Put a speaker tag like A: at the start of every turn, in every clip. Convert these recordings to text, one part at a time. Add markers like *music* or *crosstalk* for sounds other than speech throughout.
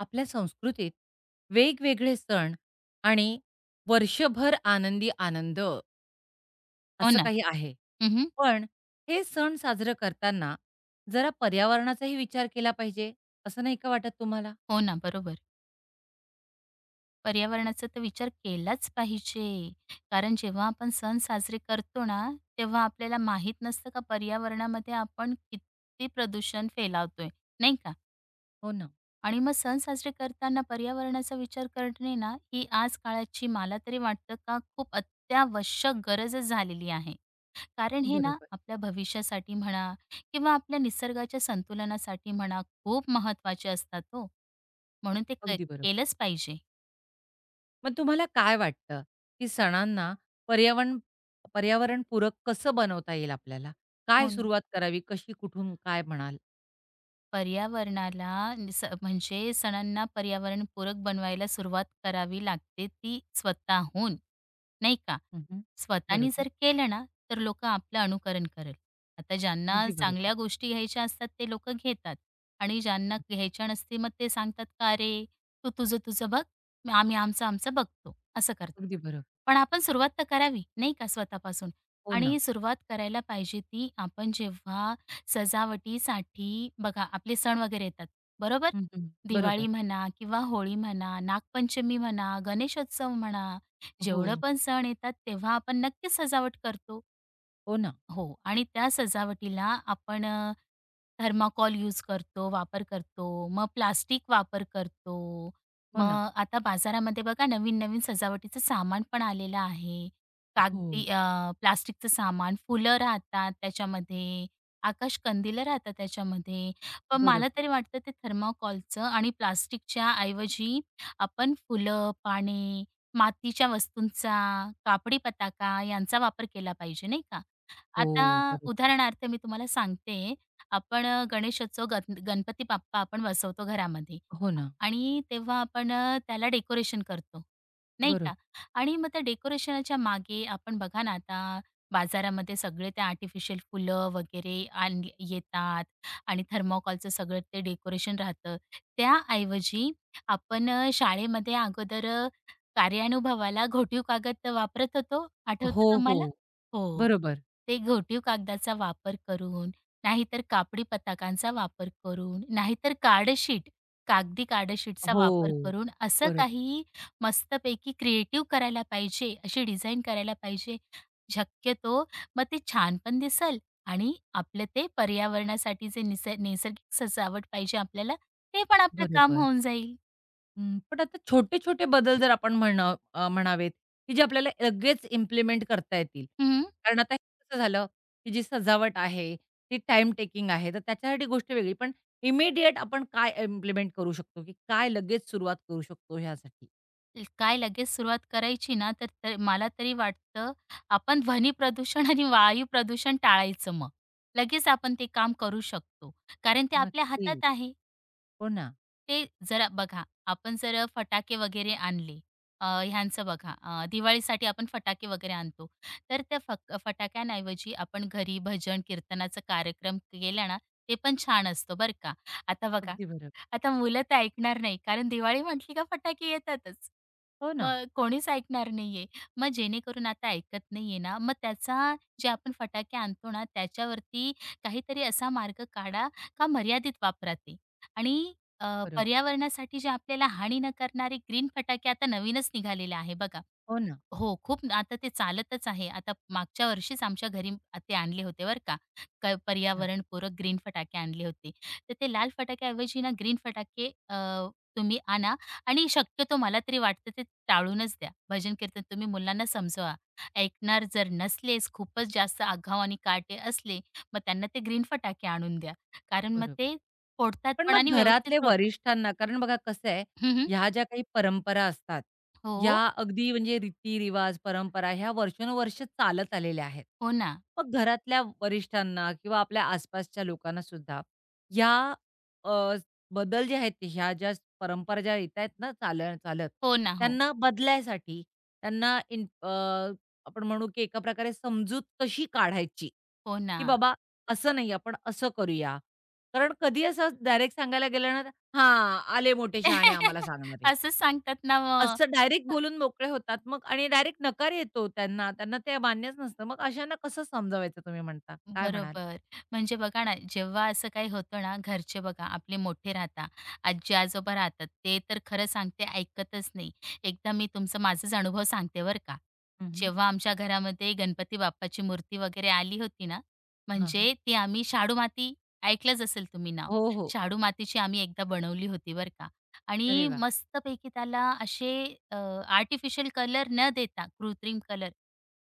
A: आपल्या संस्कृतीत वेगवेगळे सण आणि वर्षभर आनंदी आनंद
B: हो
A: असं
B: ना.
A: काही आहे.
B: हं, हं.
A: पण हे सण साजरं करताना जरा पर्यावरणाचाही विचार केला पाहिजे, असं नाही का वाटत तुम्हाला?
B: हो ना, बरोबर. पर्यावरणाचा तर विचार केलाच पाहिजे. कारण जेव्हा आपण सण साजरे करतो ना, तेव्हा आपल्याला माहीत नसतं का पर्यावरणामध्ये आपण किती प्रदूषण फैलावतोय, नाही का?
A: हो ना.
B: आणि मग सण साजरे करताना पर्यावरणाचा विचार करणे ना, ही आज काळाची मला तरी वाटतं का खूप अत्यावश्यक गरजच झालेली आहे. कारण हे ना
A: बरोबर.
B: आपल्या भविष्यासाठी म्हणा किंवा आपल्या निसर्गाच्या संतुलनासाठी म्हणा खूप महत्वाचे असतात हो. म्हणून ते
A: अगदी बरोबर.
B: केलंच पाहिजे.
A: मग तुम्हाला काय वाटतं, की सणांना पर्यावरण पर्यावरणपूरक कसं बनवता येईल आपल्याला? काय
B: हो ना.
A: सुरुवात करावी? कशी, कुठून, काय म्हणाल?
B: पर्यावरणाला म्हणजे सणांना पर्यावरणपूरक बनवायला सुरुवात करावी लागते ती स्वतःहून. नाही का?
A: हं,
B: स्वतःनी
A: बरोबर.
B: जर केलं ना, तर लोकं आपलं अनुकरण करेल. आता ज्यांना
A: अगदी बरोबर.
B: चांगल्या गोष्टी घ्यायच्या असतात ते लोकं घेतात आणि ज्यांना घ्यायच्या नसते मग ते सांगतात का, "अरे, तू तुझं-तुझं बघ, आम्ही आमचं-आमचं बघतो." असं करतात.
A: अगदी बरोबर.
B: पण आपण सुरुवात तर करावी, नाही का स्वतःपासून
A: हो ना.
B: आणि सुरुवात करायला पाहिजे ती आपण जेव्हा सजावटीसाठी बघा आपले सण वगैरे येतात, बरोबर?
A: हं, बरोबर.
B: दिवाळी म्हणा किंवा होळी म्हणा, नागपंचमी म्हणा, गणेशोत्सव म्हणा. जेवढं
A: हो.
B: पण सण येतात तेव्हा आपण नक्कीच सजावट करतो.
A: हो ना,
B: हो आणि त्या सजावटीला आपण थर्माकॉल यूज करतो, वापर करतो. मग प्लास्टिक वापर करतो.
A: हो ना.
B: मग आता बाजारामध्ये बघा नवीन-नवीन सजावटीचं सामान पण आलेलं आहे.
A: हो,
B: कागदी प्लास्टिकचं सामान, फुलं राहतात त्याच्यामध्ये, आकाशकंदिलं राहतात त्याच्यामध्ये. पण मला
A: बरोबर.
B: तरी वाटतं ते थर्माकॉलचं आणि प्लास्टिकच्या ऐवजी आपण फुलं, पाने, मातीच्या वस्तूंचा, कापडी पताका यांचा वापर केला पाहिजे, नाही का? आता
A: हो, बरोबर.
B: उदाहरणार्थ मी तुम्हाला सांगते, आपण गणेशोत्सव गण गणपती बाप्पा आपण बसवतो घरामध्ये.
A: हो ना,
B: आणि तेव्हा आपण त्याला डेकोरेशन करतो, नाही
A: बरोबर.
B: का? आणि मग त्या डेकोरेशनच्या मागे आपण बघा ना आता बाजारामध्ये सगळे ते आर्टिफिशियल फुलं वगैरे आणली येतात आणि थर्माकॉलचं सगळं ते डेकोरेशन राहतं. त्याऐवजी आपण शाळेमध्ये अगोदर कार्यानुभवाला घोटीव कागद वापरत होतो,
A: हो,
B: आठवतं
A: हो,
B: तुम्हाला? हो.
A: बरोबर.
B: ते घोटीव कागदाचा वापर करून, नाहीतर कापडी पताकांचा वापर करून, नाहीतर कागदी कार्डशीटचा वापर
A: हो,
B: करून असं
A: बरोबर,
B: काही मस्तपैकी क्रिएटिव्ह करायला पाहिजे, अशी डिझाइन करायला पाहिजे शक्यतो. मग ते छान पण दिसेल आणि आपलं ते पर्यावरणासाठी जे नैसर्गिक सजावट पाहिजे आपल्याला, ते पण आपलं काम
A: बरोबर.
B: होऊन जाईल.
A: हं, पण आता छोटे-छोटे बदल जर आपण म्हणावेत, की जे आपल्याला लगेच इम्प्लिमेंट करता येतील.
B: हं,
A: कारण आता हे कसं झालं, की जी सजावट आहे, ती टाईम टेकिंग आहे, तर त्याच्यासाठी गोष्ट वेगळी. पण इमिडिएट आपण काय इम्प्लिमेंट करू शकतो, की काय लगेच सुरुवात करू शकतो ह्यासाठी?
B: काय लगेच सुरुवात करायची ना, तर तर मला तरी वाटतं आपण ध्वनी प्रदूषण आणि वायू प्रदूषण टाळायचं मग. लगेच आपण ते काम करू शकतो. कारण ते आपल्या
A: नक्कीच.
B: हातात आहे.
A: हो ना.
B: ते जरा बघा, आपण जर फटाके वगैरे आणले, ह्यांचं बघा, दिवाळीसाठी आपण फटाके वगैरे आणतो. तर त्या फटाक्यांऐवजी आपण घरी भजन कीर्तनाचा कार्यक्रम केला ना, ते पण छान असतो बरं का. आता बघा,
A: अगदी बरोबर.
B: आता मुलं तर ऐकणार नाही, कारण दिवाळी म्हटली का फटाके येतातच.
A: हो ना.
B: मग कोणीच ऐकणार नाहीये. मग जेणेकरून आता ऐकत नाहीये ना, मग त्याचा जे आपण फटाके आणतो ना, त्याच्यावरती काहीतरी असा मार्ग काढा का मर्यादित वापरा ते आणि पर्यावरणासाठी जे आपल्याला हानी न करणारे ग्रीन फटाके आता नवीनच निघालेले आहे बघा.
A: हो ना.
B: हो, आता ते चालतच आहे. आता मागच्या वर्षीच आमच्या घरी ते आणले होते बरं का.
A: अच्छा.
B: पर्यावरणपूरक ग्रीन फटाके आणले होते. तर ते लाल फटाक्याऐवजी ना ग्रीन फटाके तुम्ही आणा आणि शक्यतो मला तरी वाटतं ते टाळूनच द्या. भजन कीर्तन तुम्ही मुलांना समजवा. ऐकणार जर नसलेच, खूपच जास्त आगाऊ आणि काटे असले, मग त्यांना ते ग्रीन फटाके आणून द्या. कारण मग
A: बरोबर.
B: ते फोडतात
A: पण
B: पण
A: मग
B: आणि
A: घरातले
B: व्यवस्थित होतात.
A: वरिष्ठांना कारण बघा कसं आहे,
B: हं,
A: ह्या ज्या काही परंपरा असतात,
B: हो,
A: या अगदी म्हणजे रीती-रिवाज, परंपरा ह्या वर्षानुवर्ष चालत आलेल्या आहेत.
B: हो ना.
A: मग घरातल्या वरिष्ठांना किंवा आपल्या आसपासच्या लोकांना सुद्धा या अ, बदल जे आहेत, ह्या ज्या परंपरा ज्या येत आहेत ना चालत चालत,
B: हो ना, हो.
A: त्यांना बदलायसाठी त्यांना आपण म्हणू की एका प्रकारे समजूत कशी काढायची,
B: हो ना.
A: की बाबा असं नाही आपण असं करूया कारण कधी असं डायरेक्ट सांगायला गेलं ना, "हां, आले मोठे शहाणे आम्हाला
B: *laughs*
A: सांगणारे."
B: असंच सांगतात ना मग.
A: असं डायरेक्ट बोलून मोकळे होतात मग आणि डायरेक्ट नकार येतो त्यांना. त्यांना ते मान्यच नसतं. मग अशांना कसं समजावायचं तुम्ही म्हणता? काय म्हणाल?
B: बरोबर. म्हणजे बघा ना, जेव्हा असं काही होतं ना, घरचे बघा आपले मोठे राहतात, आजी-आजोबा राहतात, ते तर खरं सांगते ऐकतच नाही. एकदा मी तुमचा माझाच अनुभव सांगते बरं का.
A: हं, हं.
B: जेव्हा आमच्या घरामध्ये गणपती बाप्पाची मूर्ती वगैरे आली होती ना,
A: हां,
B: म्हणजे ती आम्ही शाडू माती ऐकलंच असेल तुम्ही नाव.
A: हो, हो.
B: शाडू मातीची आम्ही एकदा बनवली होती बरं का.
A: अरे
B: आणि
A: वा,
B: मस्तपैकी त्याला असे आर्टिफिशियल कलर न देता कृत्रिम कलर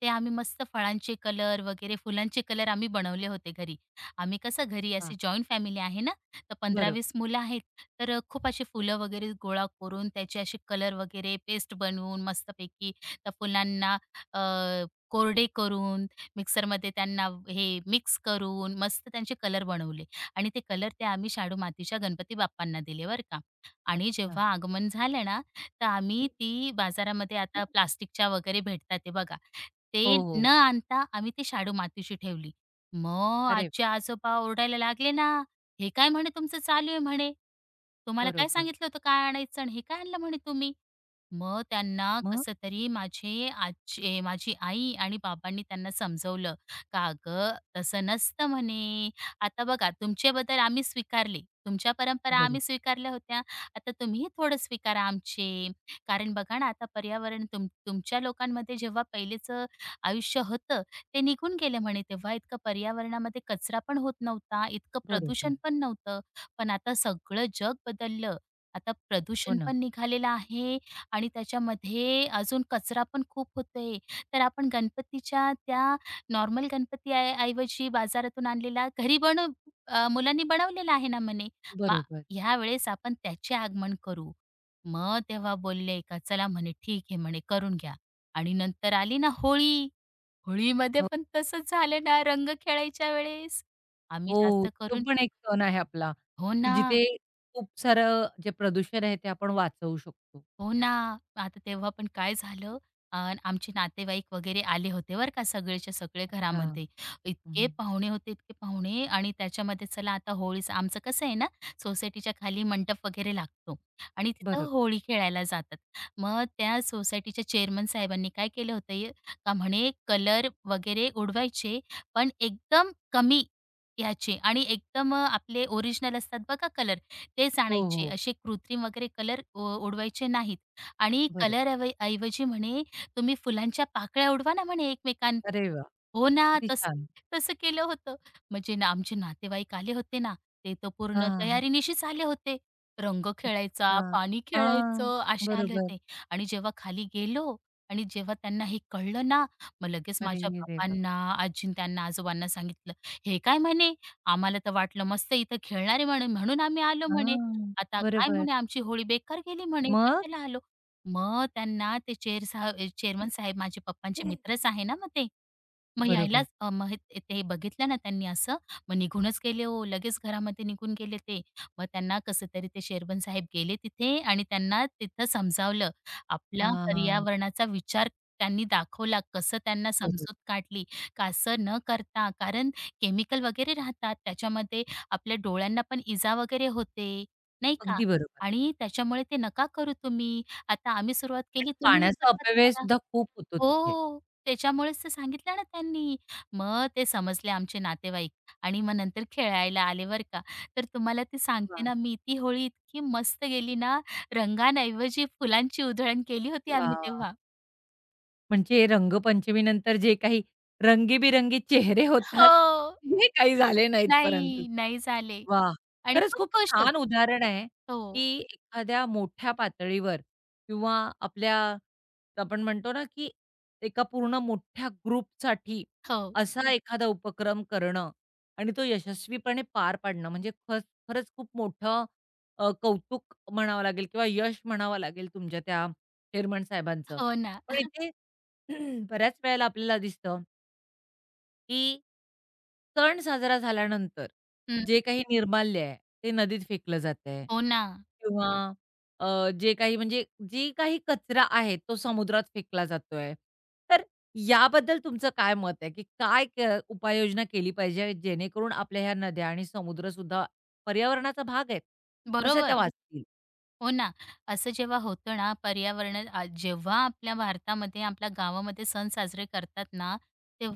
B: ते आम्ही मस्त फळांचे कलर वगैरे फुलांचे कलर आम्ही बनवले होते घरी. आम्ही कसं घरी
A: हां.
B: असे जॉइंट फॅमिली आहे ना, तर
A: बरोबर.
B: 15-20 मुलं आहेत. तर खूप अशी फुलं वगैरे गोळा करून त्याचे असे कलर वगैरे पेस्ट बनवून मस्तपैकी त्या फुलांना अ, कोरडे करून मिक्सरमध्ये त्यांना हे मिक्स करून मस्त त्यांचे कलर बनवले आणि ते कलर ते आम्ही शाडू मातीच्या गणपती बाप्पांना दिले बरं का. आणि
A: अच्छा.
B: जेव्हा आगमन झालं ना, तर आम्ही ती बाजारामध्ये आता प्लास्टिकच्या वगैरे भेटतात ते बघा, ते
A: हो,
B: न
A: हो.
B: आणता आम्ही ती शाडू मातीची ठेवली. मग
A: अरे
B: आजी-आजोबा ओरडायला लागले ना, "हे काय म्हणे तुमचं चालू आहे?" म्हणे. "तुम्हाला काय
A: बरोबर.
B: सांगितलं होतं काय आणायचं आणि हे काय आणलं म्हणे तुम्ही?" मग त्यांना
A: मग?
B: कसं तरी माझे आजी माझी आई आणि बाबांनी त्यांना समजवलं, का "अगं, तसं नसतं म्हणे. आता बघा तुमचे बदल आम्ही स्वीकारले, तुमच्या परंपरा
A: बरोबर,
B: आम्ही स्वीकारल्या होत्या. आता तुम्हीही थोडं स्वीकारा आमचे. कारण बघा ना, आता पर्यावरण तुमच्या लोकांमध्ये जेव्हा पहिलेचं आयुष्य होतं, ते निघून गेले म्हणे तेव्हा इतकं पर्यावरणामध्ये कचरा पण होत नव्हता, इतकं
A: बरोबर.
B: प्रदूषण पण नव्हतं. पण आता सगळं जग बदललं. आता
A: हो
B: प्रदूषण
A: ना.
B: पण निघालेलं आहे आणि त्याच्यामध्ये अजून कचरा पण खूप होतोय. तर आपण गणपतीच्या त्या नॉर्मल गणपती ऐवजी बाजारातून आणलेला घरी मुलांनी बनवलेला आहे ना म्हणे. मग
A: बरोबर.
B: ह्या वेळेस आपण त्याचे आगमन करू. मग तेव्हा बोलले का चला म्हणे ठीक आहे म्हणे करून घ्या. आणि नंतर आली ना होळी. होळीमध्ये
A: हो,
B: पण तसंच झालं ना रंग खेळायच्या वेळेस. आम्ही
A: हो.
B: जास्त
A: तो
B: करून
A: पण एक सण आहे आपला,
B: हो
A: की
B: ना.
A: जिथे खूप सारं जे प्रदूषण आहे ते आपण वाचवू शकतो.
B: हो ना. आता तेव्हा पण काय झालं अ, आमचे नातेवाईक वगैरे आले होते बरं का सगळेच्या सगळे
A: हां.
B: घरामध्ये. इतके पाहुणे होते, इतके पाहुणे आणि त्याच्यामध्ये चला आता होळीचं आमचं कसं आहे ना सोसायटीच्या खाली मंडप वगैरे लागतो आणि
A: बरोबर.
B: तिथं होळी खेळायला जातात. मग त्या सोसायटीच्या चेअरमन साहेबांनी काय केलं होतं का म्हणे कलर वगैरे उडवायचे पण एकदम कमी ह्याचे आणि एकदम आपले ओरिजिनल असतात बघा कलर तेच
A: हो,
B: आणायचे.
A: हो.
B: असे कृत्रिम वगैरे कलर उडवायचे नाहीत आणि
A: बरोबर.
B: कलर ऐवजी म्हणे तुम्ही फुलांच्या पाकळ्या उडवा ना म्हणे एकमेकांना.
A: अरे वाह!
B: हो ना,
A: किती छान.
B: तसं केलं होतं. म्हणजे ना आमचे नातेवाईक आले होते ना, ते तर पूर्ण
A: हां, हां.
B: तयारीनिशीच आले होते. रंग
A: अच्छा.
B: खेळायचा, पाणी
A: हां.
B: खेळायचं असे आले
A: बरोबर.
B: होते आणि जेव्हा खाली गेलो आणि जेव्हा त्यांना हे कळलं ना, मग लगेच माझ्या
A: अरे देवा!
B: बाबांना, आजींना, त्यांना आजोबांना सांगितलं, "हे काय?" म्हणे, "आम्हाला तर वाटलं मस्त इथं खेळणार आहे म्हणे, म्हणून आम्ही आलो" म्हणे.
A: हां.
B: "आता काय?"
A: बरोबर.
B: म्हणे, "आमची होळी बेकार गेली" म्हणे,
A: मग?
B: "कशाला आलो?" मग त्यांना ते चेअरमन साहेब माझे पप्पांचे मित्रच आहे ना मग ते. मग
A: बरोबर.
B: यायलाच मग हे ते बघितलं ना त्यांनी असं, मग निघूनच गेले हो, लगेच घरामध्ये निघून गेले ते. मग त्यांना कसं तरी ते शेरबंद साहेब गेले तिथे आणि त्यांना तिथं समजावलं. आपला
A: हां.
B: पर्यावरणाचा विचार त्यांनी दाखवला, कसं त्यांना समजूत
A: बरोबर.
B: काढली, का न करता कारण केमिकल वगैरे राहतात, त्याच्यामध्ये आपल्या डोळ्यांना पण इजा वगैरे होते, नाही का?
A: अगदी बरोबर.
B: आणि त्याच्यामुळे ते नका करू तुम्ही. आता आम्ही सुरुवात
A: आणि
B: केली, तुम्हीही
A: पाण्याचा
B: सुरुवात
A: अपव्यय
B: करा.
A: सुद्धा खूप होतो तिथे.
B: हो, त्याच्यामुळेच तर सांगितलं ना त्यांनी. मग ते समजले आमचे नातेवाईक आणि मग नंतर खेळायला आले बरं का. तर तुम्हाला ते सांगते
A: वाह!
B: ना मी ती होळी इतकी मस्त गेली ना, रंगांऐवजी फुलांची उधळण केली होती आम्ही तेव्हा.
A: वाह! म्हणजे रंगपंचमीनंतर जे काही रंगीबेरंगी चेहरे होतात,
B: हो.
A: हे काही झाले नाहीत परंतु.
B: नाही, नाही झाले
A: वाह!
B: आणि
A: खरंच
B: खूप
A: खूप
B: खुश होतो.
A: छान उदाहरण आहे,
B: हो,
A: की एखाद्या मोठ्या पातळीवर किंवा आपल्या आपण म्हणतो ना, की एका पूर्ण मोठ्या ग्रुपसाठी
B: हो,
A: असा एखादा उपक्रम करणं आणि तो यशस्वीपणे पार पाडणं म्हणजे खरंच खूप मोठं कौतुक म्हणावं लागेल किंवा यश म्हणावं लागेल तुमच्या त्या चेअरमन साहेबांचं.
B: हो ना.
A: पण इथे *clears throat* बऱ्याच वेळेला आपल्याला दिसतं की सण साजरा झाल्यानंतर
B: हं,
A: जे काही निर्माल्य आहे, ते नदीत फेकलं जातंय
B: हो ना.
A: किंवा जे काही म्हणजे जे काही कचरा आहे, तो समुद्रात फेकला जातोय. तर याबद्दल तुमचं काय मत आहे, की काय उपाययोजना केली पाहिजे जेणेकरून आपल्या ह्या नद्या आणि समुद्रसुद्धा पर्यावरणाचा भाग आहेत. कसं त्या
B: बरोबर.
A: वाचतील?
B: हो ना. असं जेव्हा होतं ना, पर्यावरण आ जेव्हा आपल्या भारतामध्ये, आपल्या गावामध्ये सण साजरे करतात ना,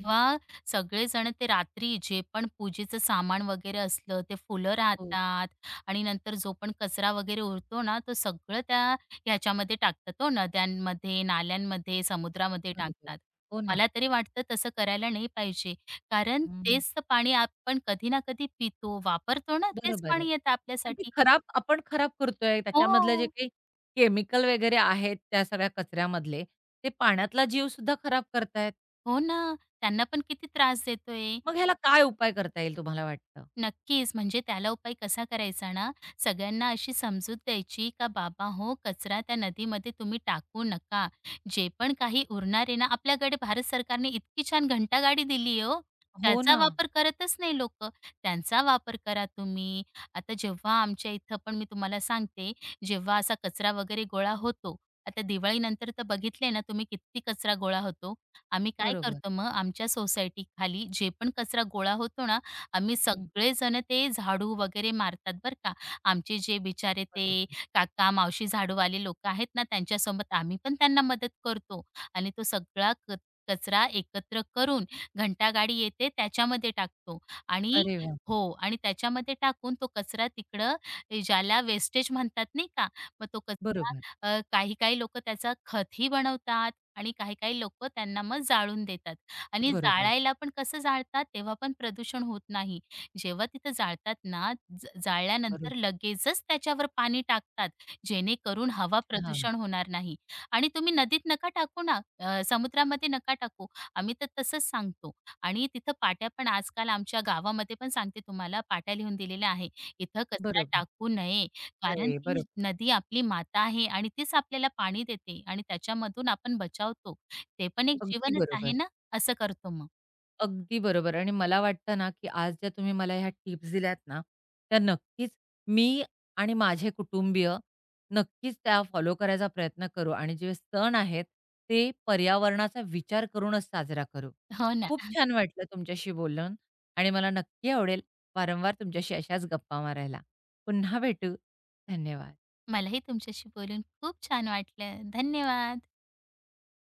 A: हम्म.
B: सगळेजण ते रात्री जे पण पूजेचं सामान वगैरे असलं, ते फुलं
A: हो,
B: राहतात आणि नंतर जो पण कचरा वगैरे उरतो ना, तो सगळं त्या ह्याच्यामध्ये टाकतात हो, नद्यांमध्ये, नाल्यांमध्ये, समुद्रामध्ये
A: बरोबर.
B: टाकतात.
A: हो ना.
B: मला तरी वाटतं तसं करायला नाही पाहिजे. कारण
A: हं.
B: तेच तर पाणी आपण कधी ना कधी पितो, वापरतो ना, तेच
A: बरोबर आहे.
B: पाणी येतं
A: आणि ती
B: आपल्यासाठी.
A: खराब आपण खराब करतोय. त्याच्यामधलं जे
B: हो.
A: काही केमिकल वगैरे आहेत त्या सगळ्या कचऱ्यामधले, ते पाण्यातला जीवसुद्धा खराब करतायत.
B: हो ना. त्यांना पण किती त्रास देतोय.
A: मग ह्याला काय उपाय करता येईल तुम्हाला वाटतं?
B: नक्कीच. म्हणजे त्याला उपाय कसा करायचा ना, सगळ्यांना अशी समजूत द्यायची का "बाबा हो, कचरा त्या नदीमध्ये तुम्ही टाकू नका. जे पण काही उरणार आहे ना" आपल्याकडे भारत सरकारने इतकी छान घंटागाडी दिली आहे हो.
A: हो
B: त्याचा
A: ना.
B: वापर करतच नाही लोकं. त्यांचा वापर करा तुम्ही. आता जेव्हा आमच्या इथं पण मी तुम्हाला सांगते, जेव्हा असा कचरा वगैरे गोळा होतो, आता दिवाळीनंतर तर बघितले ना तुम्ही किती कचरा गोळा होतो. आम्ही काय
A: बरोबर.
B: करतो मग आमच्या सोसायटीखाली जे पण कचरा गोळा होतो ना, आम्ही
A: हं.
B: सगळेजण ते झाडू वगैरे मारतात बरं का. आमचे जे बिचारे ते
A: बरोबर.
B: काका-मावशी झाडूवाले लोकं आहेत ना, त्यांच्यासोबत आम्ही पण त्यांना मदत करतो आणि तो सगळा कचरा एकत्र करून घंटागाडी येते त्याच्यामध्ये टाकतो आणि
A: अरे वाह!
B: हो आणि त्याच्यामध्ये टाकून तो कचरा तिकडं ज्याला वेस्टेज म्हणतात नाही का, मग तो कचरा
A: बरोबर,
B: काही-काही लोकं त्याचा खतही बनवतात आणि काही-काही लोकं त्यांना मग जाळून देतात. आणि
A: बरोबर,
B: जाळायला पण कसं जाळतात तेव्हा पण प्रदूषण होत नाही. जेव्हा तिथं जाळतात ना,
A: बरोबर.
B: जाळल्यानंतर लगेचच त्याच्यावर पाणी टाकतात, जेणेकरून हवा
A: हां.
B: प्रदूषण होणार नाही. आणि तुम्ही नदीत नका टाकू ना, समुद्रामध्ये नका टाकू. आम्ही तर तसंच सांगतो. आणि तिथं पाट्या पण आजकाल आमच्या गावामध्ये पण सांगते तुम्हाला पाट्या लिहून दिलेल्या आहे. इथं कचरा
A: बरोबर.
B: टाकू नये, कारण
A: अरे,
B: ती
A: बरोबर.
B: नदी आपली माता आहे आणि तीच आपल्याला पाणी देते आणि त्याच्यामधून आपण बचावतो. ते पण एक
A: अगदी
B: जीवनच
A: बरोबर.
B: आहे ना. असं करतो मग.
A: अगदी बरोबर आणि मला वाटतं ना, की आज ज्या तुम्ही मला ह्या टिप्स दिल्यात ना, त्या नक्कीच मी आणि माझे कुटुंबीय नक्कीच त्या फॉलो करायचा प्रयत्न करू आणि जे सण आहेत, ते पर्यावरणाचा विचार करूनच साजरा करू.
B: हो ना.
A: खूप छान वाटलं तुमच्याशी बोलून आणि मला नक्की आवडेल वारंवार तुमच्याशी अशाच गप्पा मारायला. पुन्हा भेटू. धन्यवाद.
B: मलाही तुमच्याशी बोलून खूप छान वाटलं. धन्यवाद.